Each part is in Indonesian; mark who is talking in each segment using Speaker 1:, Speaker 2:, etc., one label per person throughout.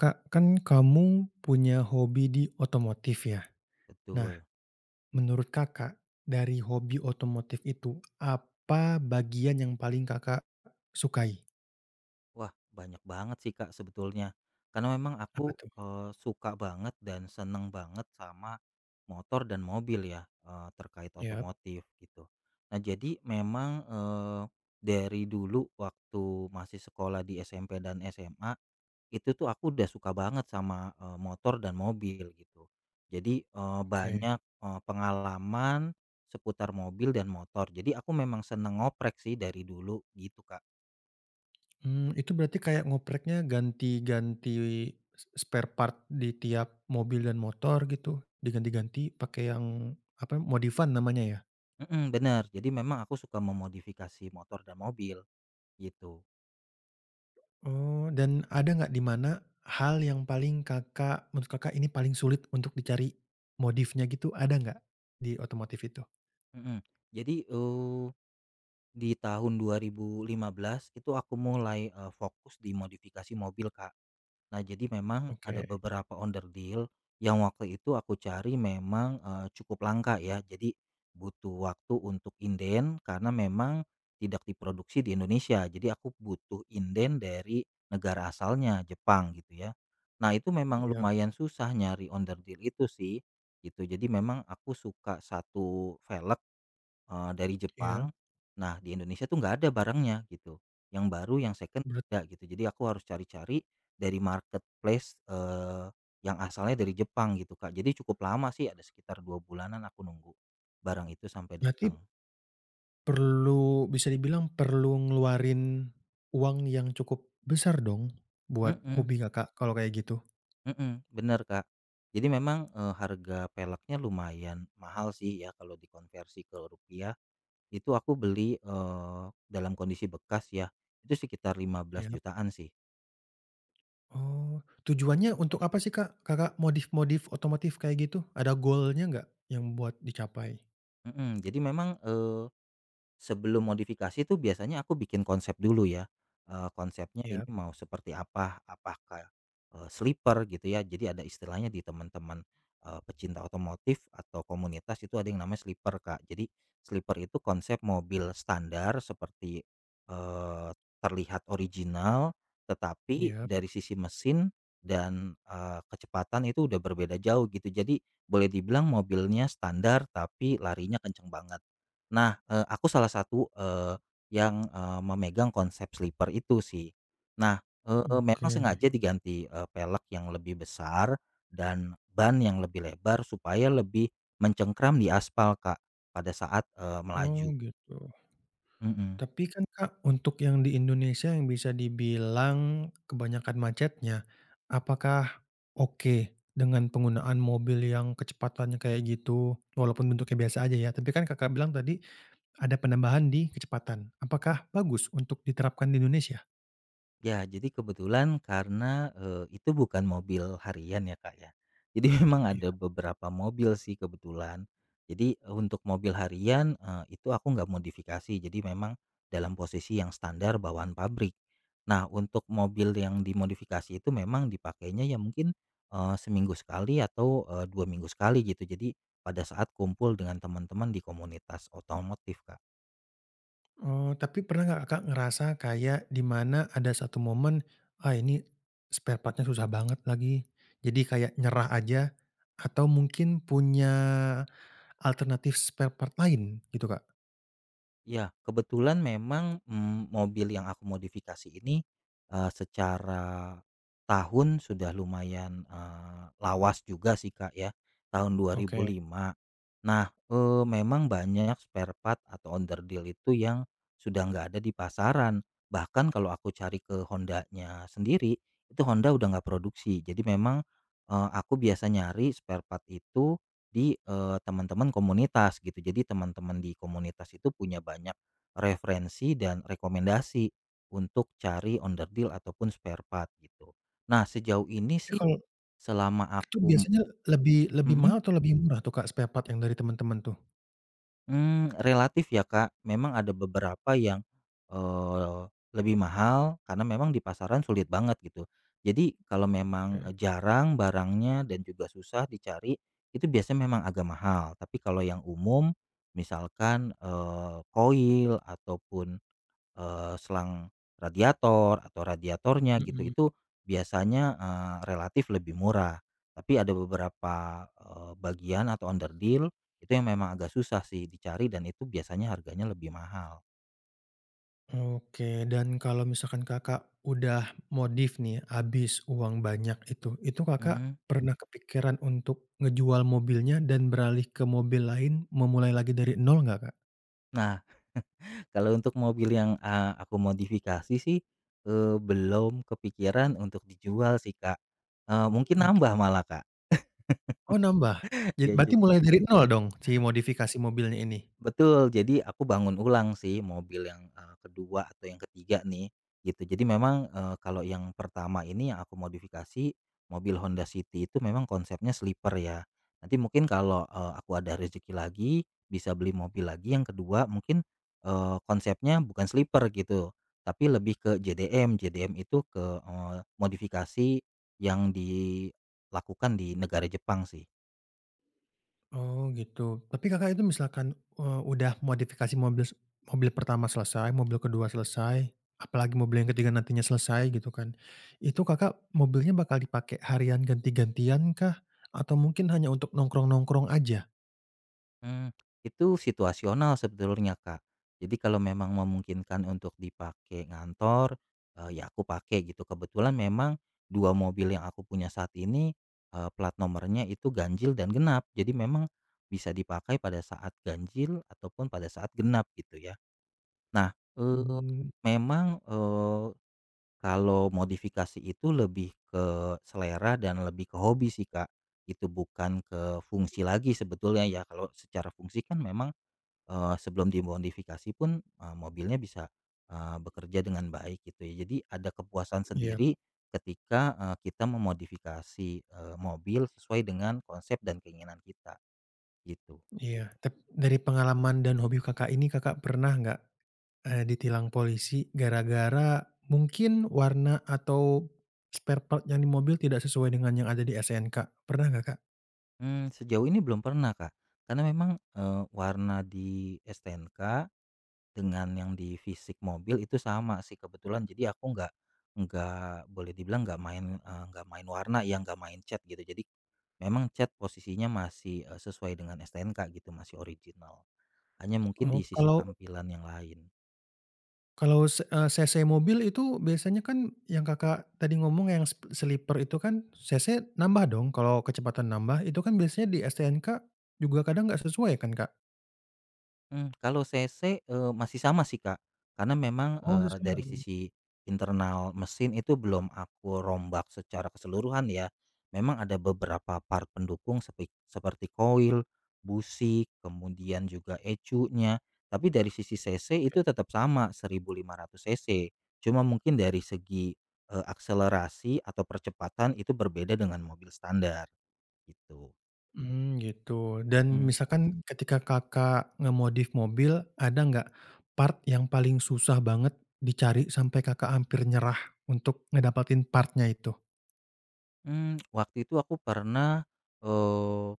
Speaker 1: Kak, kan kamu punya hobi di otomotif ya? Nah,
Speaker 2: Betul.
Speaker 1: menurut Kakak, dari hobi otomotif itu, apa bagian yang paling Kakak sukai?
Speaker 2: Wah, banyak banget sih, Kak, sebetulnya. Karena memang
Speaker 1: Apa
Speaker 2: aku,
Speaker 1: tuh?
Speaker 2: suka banget dan seneng banget sama motor dan mobil ya, terkait
Speaker 1: Yap,
Speaker 2: otomotif gitu. Nah, jadi memang, dari dulu waktu masih sekolah di SMP dan SMA, itu tuh aku udah suka banget sama, motor dan mobil gitu. Jadi,
Speaker 1: oke.
Speaker 2: banyak, pengalaman seputar mobil dan motor. Jadi aku memang seneng ngoprek sih dari dulu gitu, Kak.
Speaker 1: Hmm, itu berarti kayak ngopreknya ganti-ganti spare part di tiap mobil dan motor gitu? Diganti-ganti pakai yang apa, modifan namanya ya?
Speaker 2: Mhm, bener. Jadi memang aku suka memodifikasi motor dan mobil, gitu.
Speaker 1: Oh, dan ada nggak di mana hal yang paling Kakak menurut Kakak ini paling sulit untuk dicari modifnya gitu, ada nggak di otomotif itu?
Speaker 2: Mhm. Jadi, di tahun 2015 itu aku mulai, fokus di modifikasi mobil, Kak. Nah, jadi memang ada
Speaker 1: Oke,
Speaker 2: beberapa onder deal yang waktu itu aku cari memang, cukup langka ya. Jadi butuh waktu untuk inden karena memang tidak diproduksi di Indonesia. Jadi aku butuh inden dari negara asalnya, Jepang gitu ya. Nah, itu memang
Speaker 1: iya,
Speaker 2: lumayan susah nyari onder deal itu sih, gitu. Jadi memang aku suka satu velg dari
Speaker 1: iya.
Speaker 2: Jepang. Nah, di Indonesia tuh nggak ada barangnya gitu, yang baru, yang second
Speaker 1: Berat,
Speaker 2: nggak gitu. Jadi aku harus cari-cari dari marketplace, yang asalnya dari Jepang gitu, Kak. Jadi cukup lama sih, ada sekitar 2 bulanan aku nunggu barang itu sampai
Speaker 1: berarti
Speaker 2: datang.
Speaker 1: perlu, bisa dibilang perlu ngeluarin uang yang cukup besar dong buat
Speaker 2: Mhm
Speaker 1: hobi Kakak kalau kayak gitu?
Speaker 2: mhm, bener, Kak. Jadi memang, harga peleknya lumayan mahal sih ya kalau dikonversi ke rupiah. Itu aku beli, dalam kondisi bekas ya, itu sekitar lima belas
Speaker 1: Iya.
Speaker 2: jutaan sih.
Speaker 1: Oh, tujuannya untuk apa sih, Kak? Kakak modif-modif otomotif kayak gitu? Ada goalnya nggak yang buat dicapai?
Speaker 2: Mhm, jadi memang, eh, sebelum modifikasi tuh biasanya aku bikin konsep dulu ya, konsepnya
Speaker 1: Iya,
Speaker 2: ini mau seperti apa, apakah, sleeper gitu ya. Jadi ada istilahnya di teman-teman, pecinta otomotif atau komunitas itu ada yang namanya sleeper, Kak. Jadi sleeper itu konsep mobil standar seperti, eee, terlihat original, tetapi
Speaker 1: iya,
Speaker 2: dari sisi mesin dan, kecepatan itu udah berbeda jauh gitu. Jadi boleh dibilang mobilnya standar tapi larinya kenceng banget. Nah, aku salah satu, yang, memegang konsep sleeper itu sih. Nah, memang
Speaker 1: oke.
Speaker 2: sengaja diganti, pelek yang lebih besar dan ban yang lebih lebar supaya lebih mencengkram di aspal, Kak, pada saat, melaju.
Speaker 1: Oh, gitu.
Speaker 2: Mhm.
Speaker 1: Tapi kan Kak, untuk yang di Indonesia yang bisa dibilang kebanyakan macetnya, apakah oke dengan penggunaan mobil yang kecepatannya kayak gitu? Walaupun bentuknya biasa aja ya, tapi kan Kakak bilang tadi ada penambahan di kecepatan. Apakah bagus untuk diterapkan di Indonesia?
Speaker 2: Ya, jadi kebetulan karena, itu bukan mobil harian ya, Kak, ya. Jadi memang ada
Speaker 1: Iya.
Speaker 2: beberapa mobil sih kebetulan. Jadi untuk mobil harian, itu aku nggak modifikasi, jadi memang dalam posisi yang standar bawaan pabrik. Nah, untuk mobil yang dimodifikasi itu memang dipakainya ya mungkin, seminggu sekali atau, dua minggu sekali gitu. Jadi pada saat kumpul dengan teman-teman di komunitas otomotif, Kak.
Speaker 1: Oh, tapi pernah nggak Kakak ngerasa kayak di mana ada satu momen, "Ah, ini spare part-nya susah banget lagi," jadi kayak nyerah aja? Atau mungkin punya alternatif spare part lain gitu, Kak.
Speaker 2: Ya kebetulan memang, mobil yang aku modifikasi ini, secara tahun sudah lumayan, lawas juga sih, Kak, ya, tahun
Speaker 1: Oke.
Speaker 2: 2005. Nah, memang banyak spare part atau underdeal itu yang sudah nggak ada di pasaran. Bahkan kalau aku cari ke Hondanya sendiri, itu Honda udah nggak produksi. Jadi memang, aku biasa nyari spare part itu di, teman-teman komunitas gitu. Jadi teman-teman di komunitas itu punya banyak referensi dan rekomendasi untuk cari onderdil ataupun spare part gitu. Nah sejauh ini
Speaker 1: Tapi
Speaker 2: sih
Speaker 1: kalau
Speaker 2: selama
Speaker 1: itu
Speaker 2: aku
Speaker 1: biasanya lebih lebih
Speaker 2: mhm?
Speaker 1: mahal atau lebih murah tuh, Kak, spare part yang dari teman-teman tuh?
Speaker 2: Relatif ya, Kak. Memang ada beberapa yang, eee, lebih mahal karena memang di pasaran sulit banget gitu. Jadi kalau memang,
Speaker 1: Oke,
Speaker 2: jarang barangnya dan juga susah dicari, itu biasanya memang agak mahal. Tapi kalau yang umum misalkan, koil ataupun selang radiator atau radiatornya gitu
Speaker 1: mhm.
Speaker 2: itu biasanya, relatif lebih murah. Tapi ada beberapa, bagian atau underdeal itu yang memang agak susah sih dicari dan itu biasanya harganya lebih mahal.
Speaker 1: Oke, dan kalau misalkan Kakak udah modif nih, habis uang banyak itu Kakak
Speaker 2: Mhm.
Speaker 1: pernah kepikiran untuk ngejual mobilnya dan beralih ke mobil lain, memulai lagi dari nol nggak, Kak?
Speaker 2: Nah, kalau untuk mobil yang, aku modifikasi sih, belum kepikiran untuk dijual sih, Kak, mungkin
Speaker 1: Oke.
Speaker 2: nambah malah, Kak.
Speaker 1: Oh, nambah?
Speaker 2: Ya
Speaker 1: Berarti
Speaker 2: jadi
Speaker 1: mulai dari nol dong si modifikasi mobilnya ini?
Speaker 2: betul, jadi aku bangun ulang sih mobil yang, ke atau yang ketiga nih, gitu. Jadi memang, kalau yang pertama ini yang aku modifikasi, mobil Honda City itu memang konsepnya sleeper ya. Nanti mungkin kalau, aku ada rezeki lagi, bisa beli mobil lagi yang kedua mungkin, konsepnya bukan sleeper gitu, tapi lebih ke JDM. JDM itu ke, modifikasi yang dilakukan di negara Jepang sih.
Speaker 1: Oh gitu. Tapi Kakak itu misalkan, udah modifikasi mobil mobil pertama selesai, mobil kedua selesai, apalagi mobil yang ketiga nantinya selesai gitu kan. Itu Kakak mobilnya bakal dipakai harian ganti-gantian kah? Atau mungkin hanya untuk nongkrong-nongkrong aja?
Speaker 2: Mmm, itu situasional sebetulnya, Kak. Jadi kalau memang memungkinkan untuk dipakai ngantor, ya aku pakai gitu. Kebetulan memang 2 mobil yang aku punya saat ini, plat nomornya itu ganjil dan genap. Jadi memang bisa dipakai pada saat ganjil ataupun pada saat genap gitu ya. Nah, eee,
Speaker 1: Mmm,
Speaker 2: memang, eh, kalau modifikasi itu lebih ke selera dan lebih ke hobi sih, Kak. Itu bukan ke fungsi lagi sebetulnya ya, kalau secara fungsi kan memang, sebelum dimodifikasi pun, mobilnya bisa, bekerja dengan baik gitu ya. Jadi ada kepuasan
Speaker 1: iya,
Speaker 2: sendiri ketika, kita memodifikasi, mobil sesuai dengan konsep dan keinginan kita, gitu.
Speaker 1: iya. Tapi dari pengalaman dan hobi Kakak ini, Kakak pernah nggak, ditilang polisi gara-gara mungkin warna atau spare part yang di mobil tidak sesuai dengan yang ada di SNK? Pernah nggak, Kak?
Speaker 2: Sejauh ini belum pernah, Kak, karena memang, warna di STNK dengan yang di fisik mobil itu sama sih kebetulan jadi aku nggak boleh dibilang nggak main, nggak main warna ya, nggak main cat gitu jadi, memang cat posisinya masih, sesuai dengan STNK gitu masih original, hanya mungkin
Speaker 1: Oh,
Speaker 2: di sisi
Speaker 1: kalau
Speaker 2: tampilan yang lain.
Speaker 1: Kalau cc mobil itu biasanya kan yang Kakak tadi ngomong yang sleeper itu kan cc nambah dong kalau kecepatan nambah itu kan biasanya di STNK juga kadang nggak sesuai kan, Kak?
Speaker 2: Kalau CC, masih sama sih, Kak. Karena memang,
Speaker 1: Oh
Speaker 2: dari
Speaker 1: sesuai,
Speaker 2: sisi internal mesin itu belum aku rombak secara keseluruhan ya. Memang ada beberapa part pendukung sepi seperti koil, busi, kemudian juga ecunya, tapi dari sisi CC
Speaker 1: oke,
Speaker 2: itu tetap sama 1.500 CC. Cuma mungkin dari segi, akselerasi atau percepatan itu berbeda dengan mobil standar, gitu.
Speaker 1: mmm, gitu, dan
Speaker 2: Mhm.
Speaker 1: misalkan ketika Kakak ngemodif mobil ada nggak part yang paling susah banget dicari sampai Kakak hampir nyerah untuk ngedapatin partnya itu?
Speaker 2: Waktu itu aku pernah, eee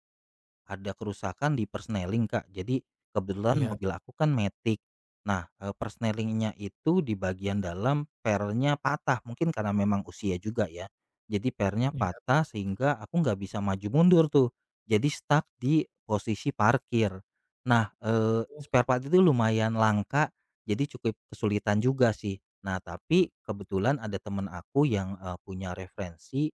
Speaker 2: ada kerusakan di persneling, Kak. Jadi kebetulan
Speaker 1: Iya,
Speaker 2: mobil aku kan matic. Nah, persnelingnya itu di bagian dalam pernya patah, mungkin karena memang usia juga ya. Jadi pernya
Speaker 1: iya,
Speaker 2: patah sehingga aku nggak bisa maju mundur tuh, jadi stuck di posisi parkir. Nah,
Speaker 1: oh,
Speaker 2: spare part itu lumayan langka, jadi cukup kesulitan juga sih. Nah, tapi kebetulan ada temen aku yang, punya referensi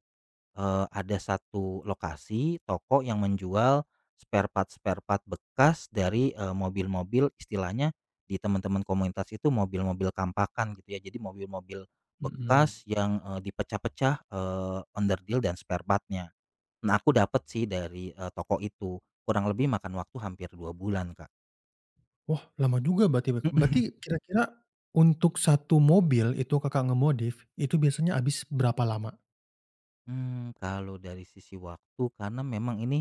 Speaker 2: Ada satu lokasi toko yang menjual spare part-spare part bekas dari, mobil-mobil istilahnya di teman-teman komunitas itu mobil-mobil kampakan gitu ya. Jadi mobil-mobil
Speaker 1: mhm.
Speaker 2: bekas yang, dipecah-pecah, onderdil dan spare partnya. Nah aku dapat sih dari, toko itu, kurang lebih makan waktu hampir 2 bulan, Kak.
Speaker 1: Wah, lama juga, berarti berarti kira-kira untuk satu mobil itu Kakak ngemodif, itu biasanya habis berapa lama?
Speaker 2: Kalau dari sisi waktu karena memang ini,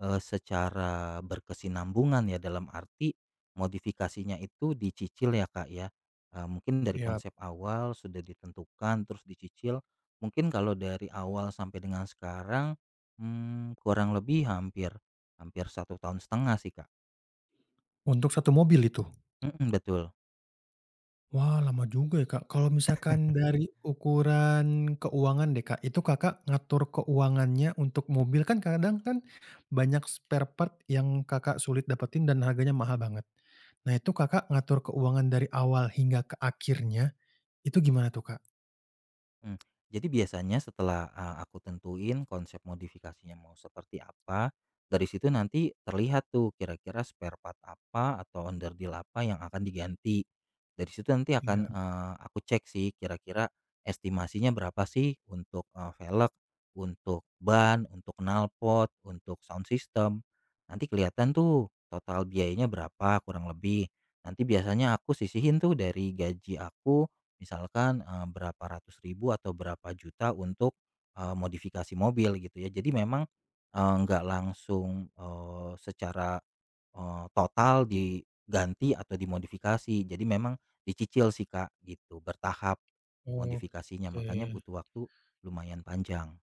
Speaker 2: secara berkesinambungan ya dalam arti modifikasinya itu dicicil ya, Kak, ya, mungkin dari
Speaker 1: Ya,
Speaker 2: konsep awal sudah ditentukan terus dicicil, mungkin kalau dari awal sampai dengan sekarang, kurang lebih hampir hampir satu tahun setengah sih, Kak.
Speaker 1: untuk satu mobil itu?
Speaker 2: Mhm, betul.
Speaker 1: Wah, lama juga ya, Kak. Kalau misalkan dari ukuran keuangan deh, Kak, itu Kakak ngatur keuangannya untuk mobil kan kadang kan banyak spare part yang Kakak sulit dapetin dan harganya mahal banget. Nah, itu Kakak ngatur keuangan dari awal hingga ke akhirnya, itu gimana tuh, Kak?
Speaker 2: Mmm, jadi biasanya setelah, aku tentuin konsep modifikasinya mau seperti apa, dari situ nanti terlihat tuh kira-kira spare part apa atau underdeal apa yang akan diganti. Dari situ nanti
Speaker 1: Iya,
Speaker 2: akan, aku cek sih kira-kira estimasinya berapa sih untuk, velg, untuk ban, untuk knalpot, untuk sound system. Nanti kelihatan tuh total biayanya berapa kurang lebih. Nanti biasanya aku sisihin tuh dari gaji aku misalkan, berapa ratus ribu atau berapa juta untuk, modifikasi mobil gitu ya. Jadi memang, nggak langsung, secara, total diganti atau dimodifikasi. Jadi memang dicicil sih, Kak, gitu, bertahap modifikasinya,
Speaker 1: oke.
Speaker 2: makanya butuh waktu lumayan panjang.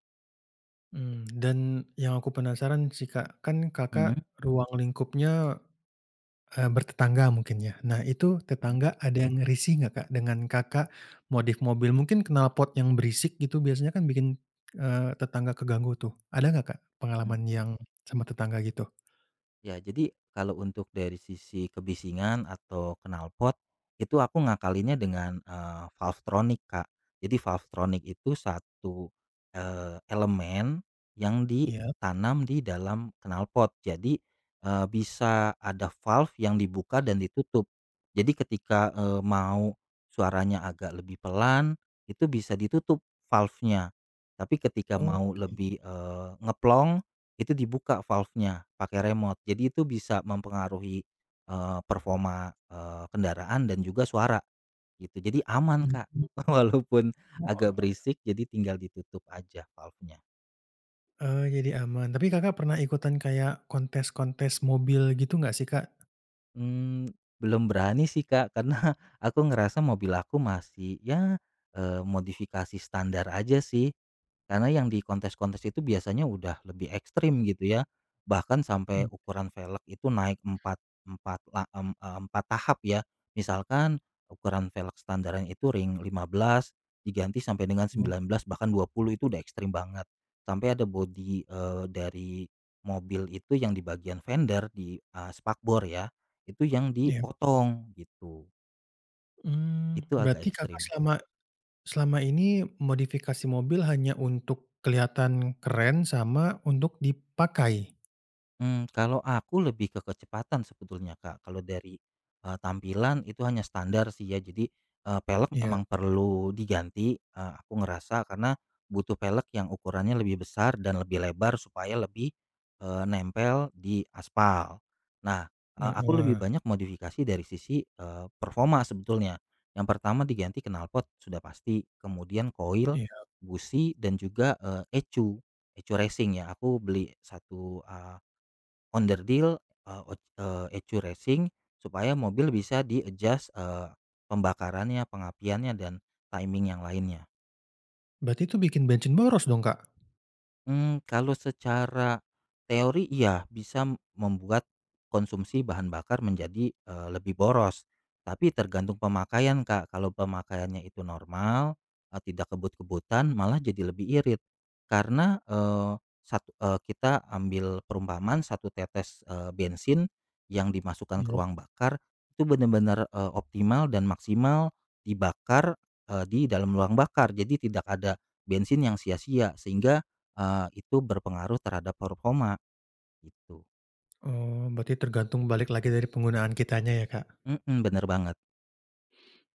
Speaker 1: Mmm, dan yang aku penasaran sih, Kak, kan Kakak mhm
Speaker 2: Mhm
Speaker 1: ruang lingkupnya, bertetangga mungkin ya. Nah itu
Speaker 2: mhm
Speaker 1: tetangga ada yang risih nggak, Kak, dengan Kakak modif mobil? Mungkin knalpot yang berisik gitu biasanya kan bikin, tetangga keganggu tuh. Ada nggak, Kak,
Speaker 2: mhm.
Speaker 1: pengalaman yang sama tetangga gitu?
Speaker 2: Ya, jadi kalau untuk dari sisi kebisingan atau knalpot, itu aku ngakalinnya dengan, valvetronic, Kak. Jadi valvetronic itu satu, elemen yang
Speaker 1: Iya?
Speaker 2: ditanam di dalam knalpot. Jadi, bisa ada valve yang dibuka dan ditutup. Jadi ketika, mau suaranya agak lebih pelan, itu bisa ditutup valve-nya. Tapi ketika mau
Speaker 1: Oke.
Speaker 2: lebih, ngeplong itu dibuka valve-nya pakai remote. Jadi itu bisa mempengaruhi, performa, kendaraan dan juga suara gitu. Jadi aman, Kak,
Speaker 1: Mhm.
Speaker 2: walaupun
Speaker 1: Oh,
Speaker 2: agak berisik jadi tinggal ditutup aja valve-nya.
Speaker 1: jadi aman. Tapi Kakak pernah ikutan kayak kontes-kontes mobil gitu nggak sih, Kak?
Speaker 2: Mmm, belum berani sih, Kak, karena aku ngerasa mobil aku masih ya, modifikasi standar aja sih. Karena yang di kontes-kontes itu biasanya udah lebih ekstrim gitu ya, bahkan sampai ukuran velg itu naik empat empat la mmm, eee, empat tahap ya. Misalkan ukuran velg standarnya itu ring 15 diganti sampai dengan
Speaker 1: Mhm,
Speaker 2: 19 bahkan 20 itu udah ekstrim banget. Sampai ada body dari mobil itu yang di bagian fender di, spakbor ya, itu yang
Speaker 1: iya.
Speaker 2: dipotong gitu,
Speaker 1: Mmm,
Speaker 2: itu agak
Speaker 1: berarti Kakak
Speaker 2: ekstrim.
Speaker 1: selama selama ini modifikasi mobil hanya untuk kelihatan keren sama untuk dipakai?
Speaker 2: Hmm kalau aku lebih ke kecepatan sebetulnya, Kak. Kalau dari, tampilan itu hanya standar sih ya. Jadi, pelek
Speaker 1: Iya,
Speaker 2: memang perlu diganti, aku ngerasa karena butuh pelek yang ukurannya lebih besar dan lebih lebar supaya lebih, nempel di aspal. Nah, aku lebih
Speaker 1: heeh,
Speaker 2: banyak modifikasi dari sisi, performa sebetulnya. Yang pertama diganti knalpot sudah pasti, kemudian koil,
Speaker 1: iya.
Speaker 2: busi, dan juga, ecu, ecu racing ya. Aku beli satu onderdil, ECU Racing supaya mobil bisa di-adjust, pembakarannya, pengapiannya, dan timing yang lainnya.
Speaker 1: Berarti itu bikin bensin boros dong, Kak?
Speaker 2: Kalau secara teori iya bisa membuat konsumsi bahan bakar menjadi, lebih boros. Tapi tergantung pemakaian, Kak. Kalau pemakaiannya itu normal, tidak kebut-kebutan malah jadi lebih irit. Karena, satu kita ambil perumpamaan satu tetes, bensin yang dimasukkan ke
Speaker 1: Iya.
Speaker 2: ruang bakar itu benar-benar, optimal dan maksimal dibakar, di dalam ruang bakar. Jadi tidak ada bensin yang sia-sia sehingga itu berpengaruh terhadap performa gitu.
Speaker 1: Oh, berarti tergantung balik lagi dari penggunaan kitanya ya, Kak?
Speaker 2: Mhm, bener banget.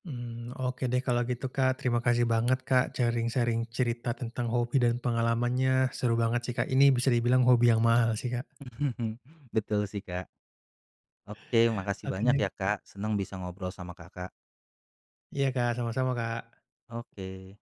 Speaker 1: Mmm, oke deh kalau gitu, Kak. Terima kasih banget, Kak, sharing-sharing cerita tentang hobi dan pengalamannya. Seru banget sih, Kak. Ini bisa dibilang hobi yang mahal sih, Kak.
Speaker 2: Betul sih, Kak. Oke, makasih
Speaker 1: Oke
Speaker 2: banyak
Speaker 1: deh.
Speaker 2: ya, Kak. Senang bisa ngobrol sama Kakak.
Speaker 1: Iya, Kak, sama-sama, Kak.
Speaker 2: Oke.